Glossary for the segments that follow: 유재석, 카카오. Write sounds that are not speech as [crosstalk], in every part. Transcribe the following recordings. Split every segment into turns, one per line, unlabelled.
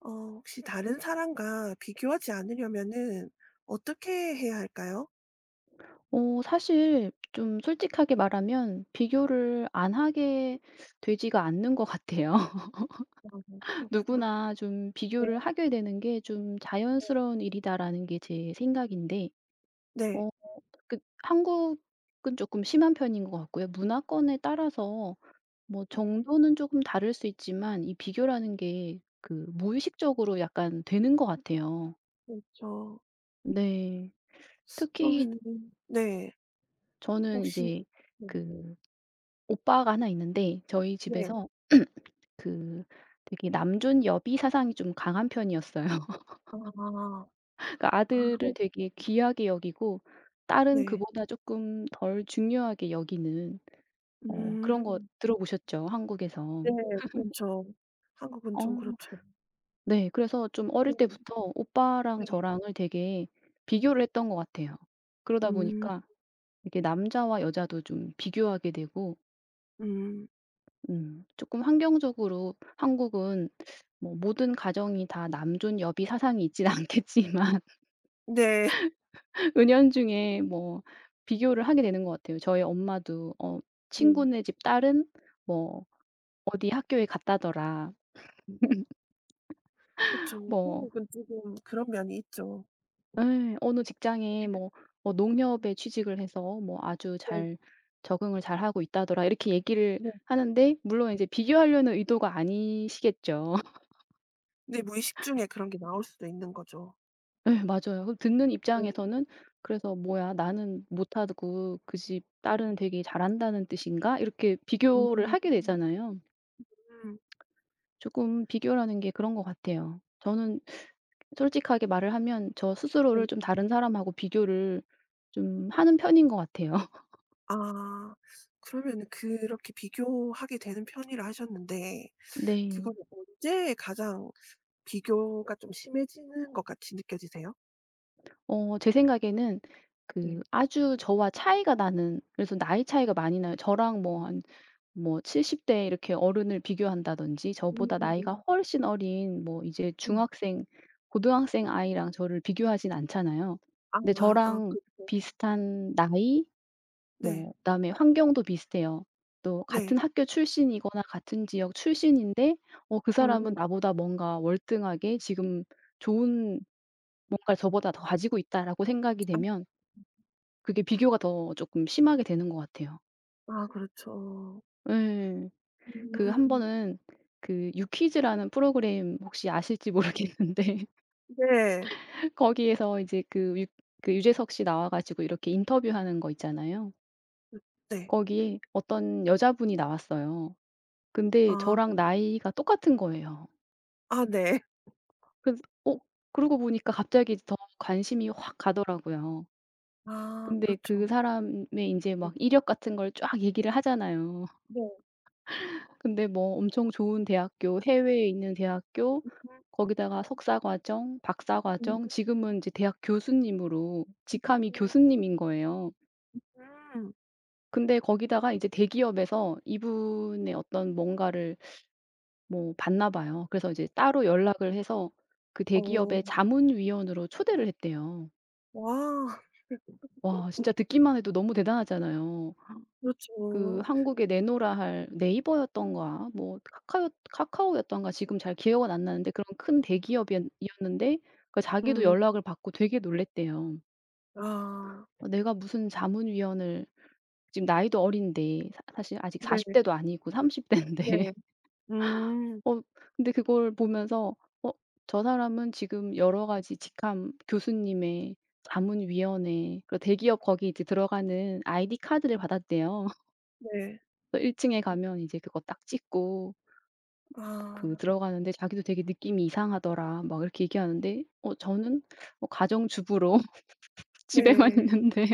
어 혹시 다른 사람과 비교하지 않으려면은 어떻게 해야 할까요?
사실 좀 솔직하게 말하면 비교를 안 하게 되지가 않는 것 같아요.
아 네.
[laughs]
그렇구나.
누구나 좀
네.
비교를 하게 되는 게 좀 '자연스러운 일이다.'라는 게 제 생각인데
네.
어 그 한국은 조금 심한 편인 것 같고요. 문화권에 따라서 뭐 정도는 조금 다를 수 있지만 이 비교라는 게 그 무의식적으로 약간 되는 것 같아요.
그렇죠.
네. 특히
그러면은 네.
저는
혹시
이제
네.
그 오빠가 하나 있는데 저희
네.
집에서 그 되게 남존 여비 사상이 좀 강한 편이었어요. [laughs]
아.
그러니까
[laughs]
아들을 되게 귀하게 여기고 딸은
네.
그보다 조금 덜 중요하게 여기는,
음.
그런 거
음.
들어보셨죠?
네.
한국에서.
그렇죠. 한국은
어
좀 그렇죠.
네. 그래서 좀 어릴
네네.
때부터 오빠랑
네.
저랑을 되게 비교를 했던 것 같아요. 그러다
음.
보니까 이게 남자와 여자도 좀 비교하게 되고
음.
음금 환경적으로 한국은 뭐 모든 가정이 다 남존 여비 사상이 있진 [laughs] 않겠지만,
네.
은연중에 뭐 비교를 하게 되는 것 같아요. 저희 엄마도
[laughs] 네.
"친구네 집 딸은 뭐 어디 학교에 갔다더라."
그렇죠,
뭐,
한국은 조금 그런 면이 있죠.
"어느 직장에 뭐 농협에 취직을 해서 뭐 아주
네.
잘 적응을 잘하고 있다더라." 이렇게 얘기를
네.
하는데, 물론 이제 비교하려는 의도가 아니시겠죠.
근데 무의식 중에 그런 게 나올 수도 있는 거죠.
[laughs] 네, 맞아요. 그 듣는
네.
입장에서는, 그래서 '뭐야, 나는 못하고 그 집
네.
딸은 되게 잘한다는 뜻인가?' 이렇게 비교를
음.
하게 되잖아요.
음.
조금 비교라는 게 그런 것 같아요. 저는 솔직하게 말을 하면 저
네.
스스로를 좀 다른 사람하고 비교를 좀 하는 편인 것 같아요. [laughs]
아 그러면은 그렇게 비교하게 되는 편이라 하셨는데
네.
그건 언제 가장 비교가 좀 심해지는 것 같이 느껴지세요?
제 생각에는, 그
네.
아주 저와 차이가 나는, 그래서 나이 차이가 많이 나요. 저랑 뭐 한, 뭐 70대 이렇게 어른을 비교한다든지, 저보다
음.
나이가 훨씬 어린 뭐 이제
음.
중학생, 고등학생 아이랑 저를 비교하진 않잖아요.
아
근데
아그
저랑
죠
비슷한 나이,
네.
뭐 그다음에 환경도 비슷해요. 또
네.
같은 학교 출신이거나 같은 지역 출신인데, 그 사람은
음.
나보다 뭔가 월등하게 지금 좋은 뭔가를 저보다 더 가지고 있다라고 생각이
아
되면, 그게 비교가 더 쪼끔 심하게 되는 것 같아요.
아 그렇죠.
예. 그 한
음.
번은 그 유퀴즈라는 프로그램 혹시 아실지 모르겠는데,
네.
[laughs] 거기에서 이제 그 유 그 유재석 씨 나와 가지고 이렇게 인터뷰하는 거 있잖아요.
음 네.
거기에 어떤 여자분이 나왔어요. 근데
아.
저랑 나이가 똑같은 거예요.
아 네.
그래서 그러고 보니까 갑자기 더 관심이 확 가더라고요.
아
근데
그렇죠.
그 사람의 인제
네.
막 이력 같은 걸 쫙 얘기를 하잖아요.
네.
근데 뭐 엄청 좋은 대학교, 해외에 있는 대학교,
음.
거기다가 석사 과정, 박사
음.
과정, 지금은 이제 대학 교수님으로
음.
직함이
음.
교수님인 거예요.
음.
근데 거기다가 이제 대기업에서 이분의 어떤 뭔가를 뭐 봤나 봐요. 그래서 이제 따로 연락을 해서 그
어.
대기업의 자문위원으로 초대를 했대요.
와.
와, 진짜 듣기만 해도 너무 대단하잖아요. 그
그렇죠.
한국에 내노라 할, 네이버였던가 뭐 카카오 카카오였던가, 지금 잘 기억은 안 나는데, 그런 큰 대기업이었 는데, 그 자기도
음.
연락을 받고 되게 놀랐대요.
아.
'내가 무슨 자문위원을, 지금 나이도 어린데. 사 사실 아직
네.
40 대도 아니고 30 대인데.'
네. 음.
어 근데 그걸 보면서, '어 저 사람은 지금 여러 가지 직함, 교수님의 자문위원회, 그 대기업 거기 이제 들어가는 아이디 카드를 받았대요. [laughs]
네.
그래서 1 층에 가면 이제 그거 딱 찍고
아.
그 들어가는데, 자기도 되게 느낌이 이상하더라.' 막 이렇게 얘기하는데, 저는 뭐 가정주부로 [laughs] 집에만
네.
있는데.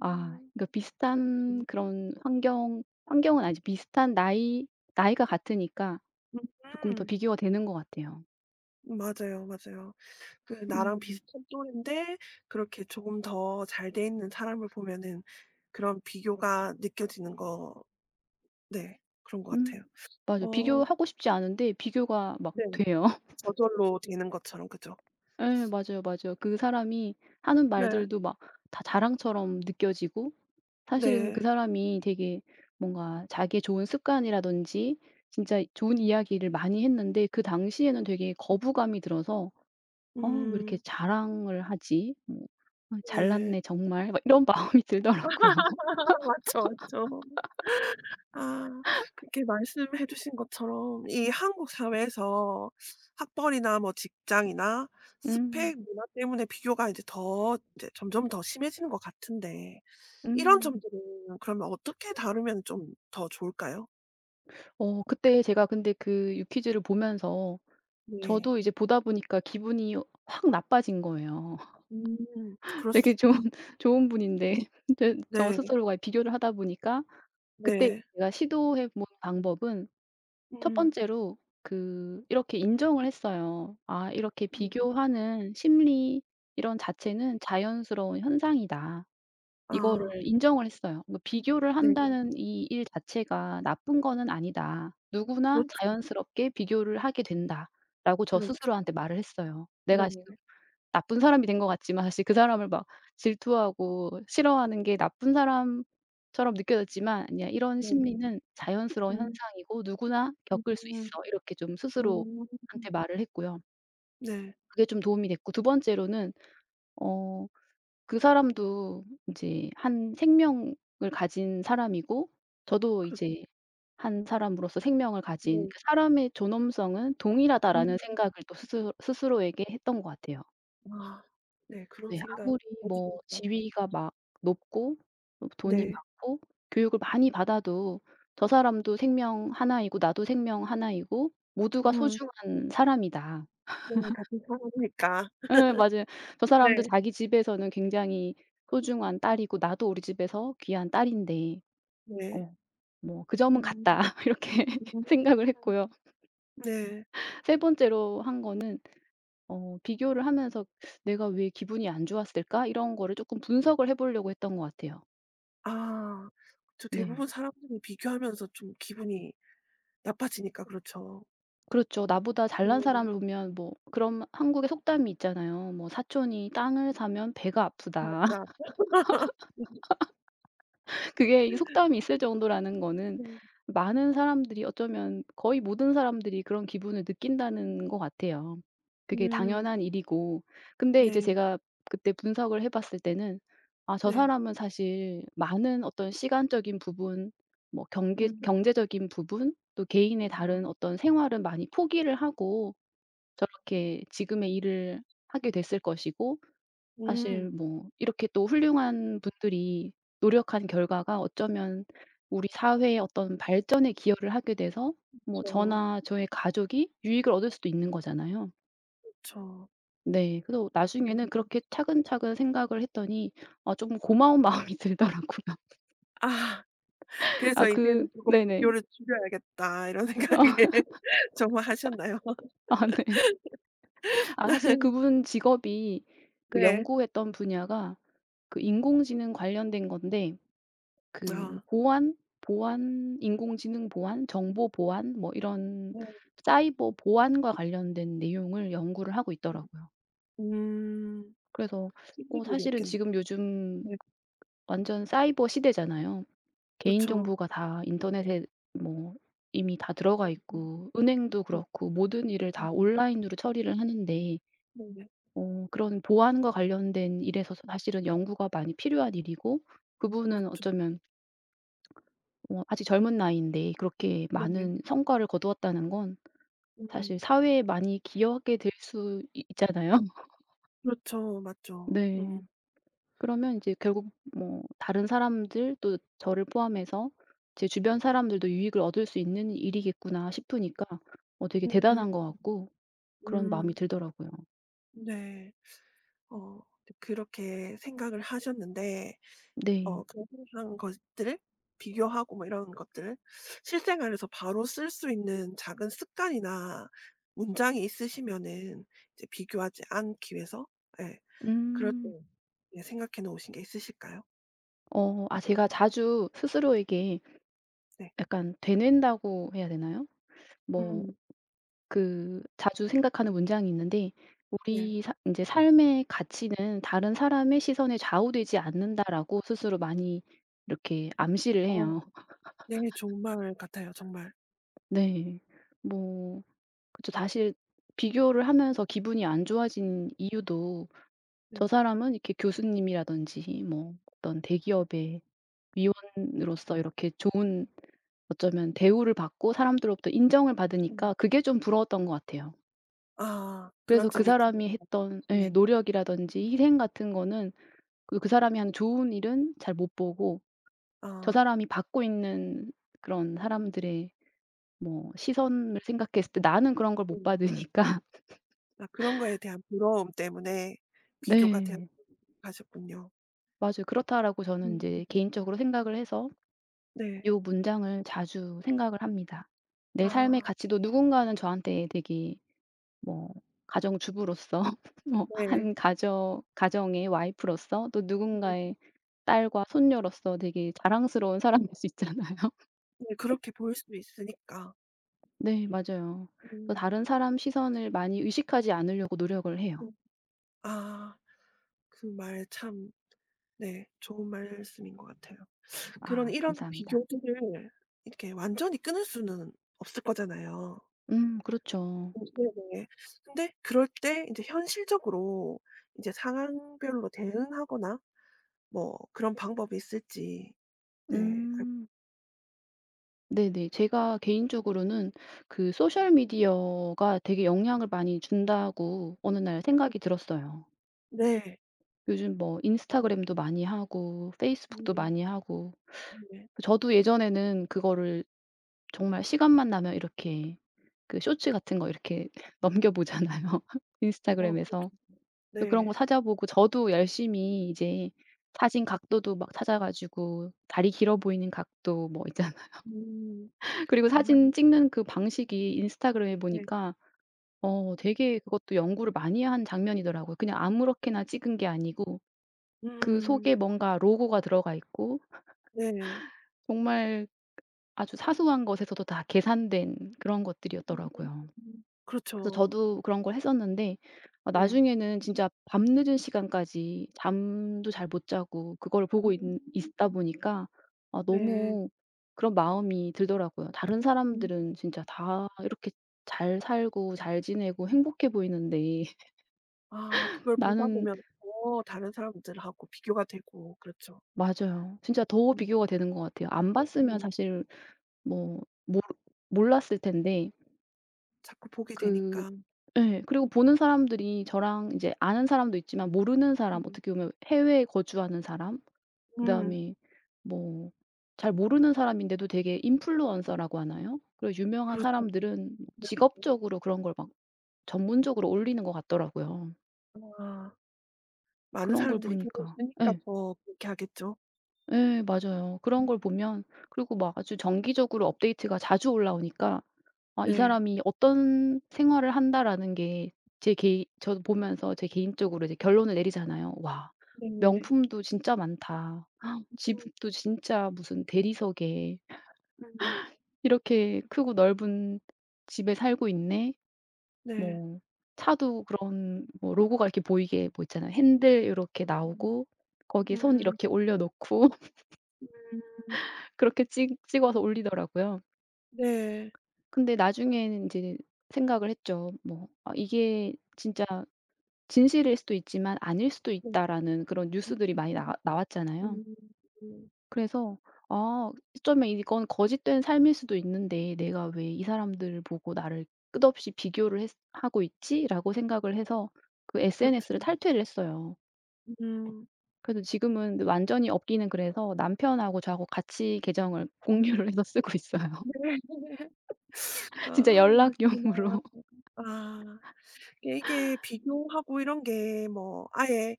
아, 그러니까
그렇군요.
비슷한 그런 환경은 아니지, 비슷한 나이, 나이가 같으니까 조금 더
음.
비교가 되는 것 같아요.
맞아요, 맞아요. 그 나랑
음.
비슷한 또래인데 그렇게 조금 더 잘 돼 있는 사람을 보면은 그런 비교가 느껴지는 거 네. 그런 것 같아요.
음. 맞아요.
어
비교하고 싶지 않은데 비교가 막
네.
돼요. [laughs]
저절로 되는 것처럼 그죠?
예 맞아요, 맞아요. 그 사람이 하는
네.
말들도 막 다 자랑처럼 느껴지고, 사실은
네.
그 사람이 되게 뭔가 자기의 좋은 습관이라든지 진짜 좋은 이야기를 많이 했는데, 그 당시에는 되게 거부감이 들어서, 왜 이렇게
음.
자랑을 하지? 뭐, 어,
네.
잘났네 정말.' 막 이런 마음이 [laughs] 들더라고요.
[laughs] 아 맞죠, 맞죠. 아 그렇게 말씀해 주신 것처럼 이 한국 사회에서 학벌이나 뭐 직장이나
음.
스펙 문화 때문에 비교가 이제 더 이제 점점 더 심해지는 것 같은데 이런
음.
점들은 그러면 어떻게 다루면 좀 더 좋을까요?
그때 제가 근데 그 유퀴즈를 보면서
네.
저도 이제 보다 보니까, 기분이 확 나빠진 거예요.
음
[laughs]
그럴 수
되게 좋은
있죠.
좋은 분인데, [laughs] 제 저
네.
스스로가 비교를 하다 보니까. 그때
네.
제가 시도해 본 방법은, 첫
음.
번째로 그 이렇게 인정을 했어요. '아, 이렇게
음.
비교하는 심리 이런 자체는 자연스러운 현상이다.' 이거를
아
인정을 했어요. 뭐 '비교를
네.
한다는 이 일 자체가 나쁜 거는 아니다. 누구나
그렇죠,
자연스럽게 비교를 하게 된다.'라고 저
그렇죠.
스스로한테 말을 했어요. 내가
네네.
나쁜 사람이 된 것 같지만, 사실 그 사람을 막 질투하고 싫어하는 게 나쁜 사람처럼 느껴졌지만, 아니야. 이런
네.
심리는 자연스러운
음.
현상이고 누구나
음.
겪을 수 있어. 이렇게 좀
음.
스스로한테 말을 했고요.
네.
그게 좀 도움이 됐고. 두 번째로는 어 그 사람도 인제 한 생명을 가진 사람이고, 저도
그렇
이제 한 사람으로서 생명을 가진,
네.
그 '사람의 존엄성은
음.
동일하다.'라는 생각을 또 스스로에게 했던 것 같아요.
아 네. 그런
네.
생각
아무리
아주
뭐
진짜
지위가 막 높고 뭐 돈이
네.
많고 교육을 많이 받아도, 저 사람도 생명 하나이고 나도 생명 하나이고 모두가
음.
소중한 사람이다.
네. 같은 사람이니까.
예 맞아요. 저 사람도
네.
자기 집에서는 굉장히 소중한 딸이고, 나도 우리 집에서 귀한 딸인데.
네.
어 뭐, '그 점은
음.
같다.' [laughs] 이렇게
[unintelligible]
생각을 했고요.
네.
세 번째로 한 거는, 비교를 하면서 '내가 왜 기분이 안 좋았을까?' 이런 거를 쪼끔 분석을 해 보려고 했던 것 같아요.
아 그쵸.
네.
대부분 사람들이 비교하면서 좀 기분이 나빠지니까 그렇죠.
그렇죠. 나보다 잘난
네.
사람을 보면, 뭐 그런 한국의 속담이 있잖아요. 뭐 "사촌이 땅을 사면 배가 아프다."
맞다.
[laughs]
[unintelligible]
그게, 이 속담이 있을 정도라는 거는
네.
많은 사람들이, 어쩌면 거의 모든 사람들이 그런 기분을 느낀다는 것 같아요. 그게
음.
당연한 일이고. 근데 이제
네.
제가 그때 분석을 해 봤을 때는, '아, 저
네.
사람은 사실 많은 어떤 시간적인 부분, 뭐 경계
음.
경제적인 부분, 또 개인의
어.
다른 어떤 생활은 많이 포기를 하고 저렇게 지금의 일을 하게 됐을 것이고,
음.
사실 뭐 이렇게 또 훌륭한 분들이 노력한 결과가 어쩌면 우리 사회의 어떤 발전에 기여를 하게 돼서, 뭐
그쵸.
저나 저의 가족이 유익을 얻을 수도 있는 거잖아요.
그쵸.
네. 그래서 나중에는
음.
그렇게 차근차근 생각을 했더니 아, 좀 고마운 [laughs] 마음이 들더라고요.
아
아,
그래서
그
이제는 조금
네네.
'비교를 줄여야겠다.' 이런 [laughs] 생각을
아
정말 하셨나요?
아 네. 아 사실
[laughs]
그분 직업이, 그
네.
연구했던 분야가 그 인공지능 관련된 건데, 그
아.
보안 인공지능 보안, 정보 보안 뭐 이런
네.
사이버 보안과 관련된 내용을 연구를 하고
네.
있더라고요.
음.
그래서
힘든
사실은
일이었겠네.
지금 요즘
네.
완전 사이버 시대잖아요.
그렇죠.
개인정보가 다 인터넷에 뭐 이미 다 들어가
음.
있고, 은행도
음
그렇고, 모든 일을 다
음.
온라인으로 처리를 하는데,
네네.
그런 보안과 관련된 일에서 사실은 연구가 많이 필요한 일이고, 그분은
맞죠.
어쩌면 아직 젊은 나이인데 그렇게
네네.
많은 성과를 거두었다는 건
음.
사실 사회에 많이 기여하게 될 수 있잖아요. [laughs]
그렇죠. 맞죠.
네.
음.
그러면 이제 결국 뭐 다른 사람들, 또 저를 포함해서 제 주변 사람들도 유익을 얻을 수 있는 일이겠구나 싶으니까, 되게
음
대단한 것 같고 그런 마음이
음.
들더라고요.
네. 어 그렇게 생각을 하셨는데 어
네.
그 생각한 것들을 비교하고 뭐 이런 것들을 실생활에서 바로 쓸 수 있는 작은 습관이나 문장이 있으시면은 이제 비교하지 않기 위해서 예. 그럴 때
음.
예 생각해 놓으신 게 있으실까요?
제가 자주
음.
스스로에게
네.
약간 되낸다고 해야 되나요? 뭐
음.
그 자주 생각하는 문장이 있는데,
네.
"우리 사제 삶의 가치는 다른 사람의 시선에 좌우되지 않는다."라고 스스로 많이 이렇게 암시를
어.
해요.
네 정말 같아요 정말.
네. 뭐 그쵸. 사실 비교를 하면서 기분이 안 좋아진 이유도, 저
네.
사람은 이렇게 교수님이라든지 뭐 어떤 대기업의 위원으로서 이렇게 좋은, 어쩌면 대우를 받고 사람들로부터 인정을
음.
받으니까, 그게 좀 부러웠던 것 같아요.
아
그래서
그런
그
점이 분명
사람이 했던 예
네.
노력이라든지 희생 같은 거는, 그 사람이 하는 좋은 일은 잘 못 보고, 저
아
사람이 받고 있는 그런 사람들의 뭐 시선을 생각했을 때, 나는 그런 걸
네.
못 받으니까. [laughs]
아 그런 거에 대한 부러움 때문에 비교가 되어
네.
가셨군요.
맞아요. 그렇다라고 저는 이
음.
제 개인적으로 생각을 해서,
네.
요 문장을 자주 생각을 합니다. 내 삶의
아
가치도, 누군가는 저한테 되게 뭐 가정주부로서 [laughs] 뭐
네.
한 가정의 와이프로서, 또
음
누군가의 딸과 손녀로서 되게 자랑스러운 사람일 수 있잖아요. [laughs]
네 그렇게 보일 수도 있으니까.
네 맞아요. 또
음.
다른 사람 시선을 많이 의식하지 않으려고 노력을 해요.
음. 아 그 말 참 네 좋은 말씀인 것 같아요. 그런
아
이런
감사합니다.
비교들을 이렇게 완전히 끊을 수는 없을 거잖아요.
그렇죠.
음 네네. 근데 그럴 때 인제 현실적으로 이제 상황별로 대응하거나 뭐 그런 방법이 있을지 네 알고
음 네네. 제가 개인적으로는 그 소셜 미디어가 되게 영향을 많이 준다고 어느 날
싶
생각이 들었어요.
네.
요즘 뭐 인스타그램도 많이 하고 페이스북도
음
많이 하고,
네.
저도 예전에는 그거를 정말 시간만 나면 이렇게 그 쇼츠 같은 거 이렇게 [laughs] 넘겨 보잖아요, [laughs]
어 그렇죠.
인스타그램에서. 또 그런 거
네.
찾아보고, 저도 열심히 이제 사진 각도도 막 찾아 가지고, 다리 길어 보이는 각도 뭐 있잖아요.
음.
[laughs] 그리고
아
사진 찍는 그 방식이 인스타그램에
네.
보니까 되게 그것도 연구를 많이 한 장면이더라고요. 그냥 아무렇게나 찍은 게 아니고, 그
음
속에 뭔가 로고가 들어가 있고,
네.
정말 아주 사소한 것에서도 다 계산된 그런
음.
것들이었더라고요. 그래서
그렇죠.
저도 그런 걸 했었는데,
네.
나중에는 진짜 밤늦은 시간까지 잠도 잘 못 자고 그걸
음
보고 있 있다 보니까, 아,
네.
너무 그런 마음이 들더라고요. 다른
음.
사람들은 진짜 다 이렇게 잘 살고 잘 지내고 행복해 보이는데, [laughs]
아 그걸 보다
나는.
보면 더 다른 사람들하고 비교가 되고 그렇죠.
맞아요. 진짜 더
음
비교가 되는 것 같아요. 안 봤으면
음.
사실 뭐 몰 몰랐을 텐데.
자꾸 보게
그
되니까.
예. 그리고 보는 사람들이 저랑 이제 아는 사람도 있지만, 모르는
음.
사람, 어떻게 보면 해외에 거주하는 사람,
음.
그다음에 뭐 잘 모르는 사람인데도 되게 인플루언서라고 하나요? 그고 유명한
그렇죠.
사람들은 뭐 직업적으로 그런 걸 막 전문적으로 올리는 것 같더라고요.
아 많은
그런 걸
사람들이 보고
보니까
있으니까
예.
더 그렇게 하겠죠.
예 맞아요. 그런
음.
걸 보면, 그리고 막 아주 정기적으로 업데이트가 자주 올라오니까, 아 이
네.
사람이 어떤 생활을 한다라는 게, 제 개인 저도 보면서 제 개인적으로 이제 결론을 내리잖아요. '와,
네.
명품도 진짜 많다. [gasps] 헉,
음
집도 진짜 무슨 대리석에
음.
이렇게 크고 넓은 집에 살고 있네.'
네.
뭐 차도 그런 뭐 로고가 이렇게 보이게 뭐 있잖아요. 핸들 이렇게
음.
나오고 거기에 손
음.
이렇게 올려 놓고 [laughs]
음.
그렇게 찍 찍어서 올리더라고요.
네.
근데 나중에는 이제 생각을 했죠. 뭐, '아 이게 진짜 진실일 수도 있지만 아닐 수도
네.
있다.'라는 그런
음.
뉴스들이 많이 나 나왔잖아요.
음. 음,
그래서 아, 어쩌면 이건 거짓된 삶일 수도 있는데, '내가 왜 이 사람들을 보고 나를 끝없이 비교를 했 하고 있지?'라고 생각을 해서, 그
그렇죠.
SNS를 탈퇴를 했어요.
음.
그래서 지금은 완전히 없기는, 그래서 남편하고 저하고 같이 계정을 [laughs] 공유를 해서 쓰고 있어요.
네. [laughs]
[laughs] 진짜
아그구나
연락용으로.
아. 이게 이게 비교하고 이런 게 뭐 아예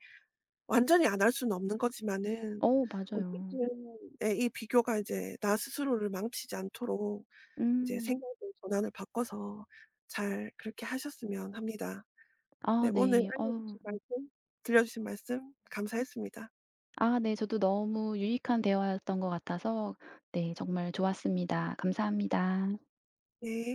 완전히 안 할 수는 없는
[laughs]
거지만은
맞아요.
어쨌든 예 이 비교가 이제 나 스스로를 망치지 않도록 이제
음.
생각의 전환을 바꿔서 잘 그렇게 하셨으면 합니다. 네
아
오늘
네.
알려 주신 말씀 들려 주신 말씀 감사했습니다.
아 네. 저도 너무 유익한 대화였던 것 같아서, 네 정말 좋았습니다. 감사합니다.
네.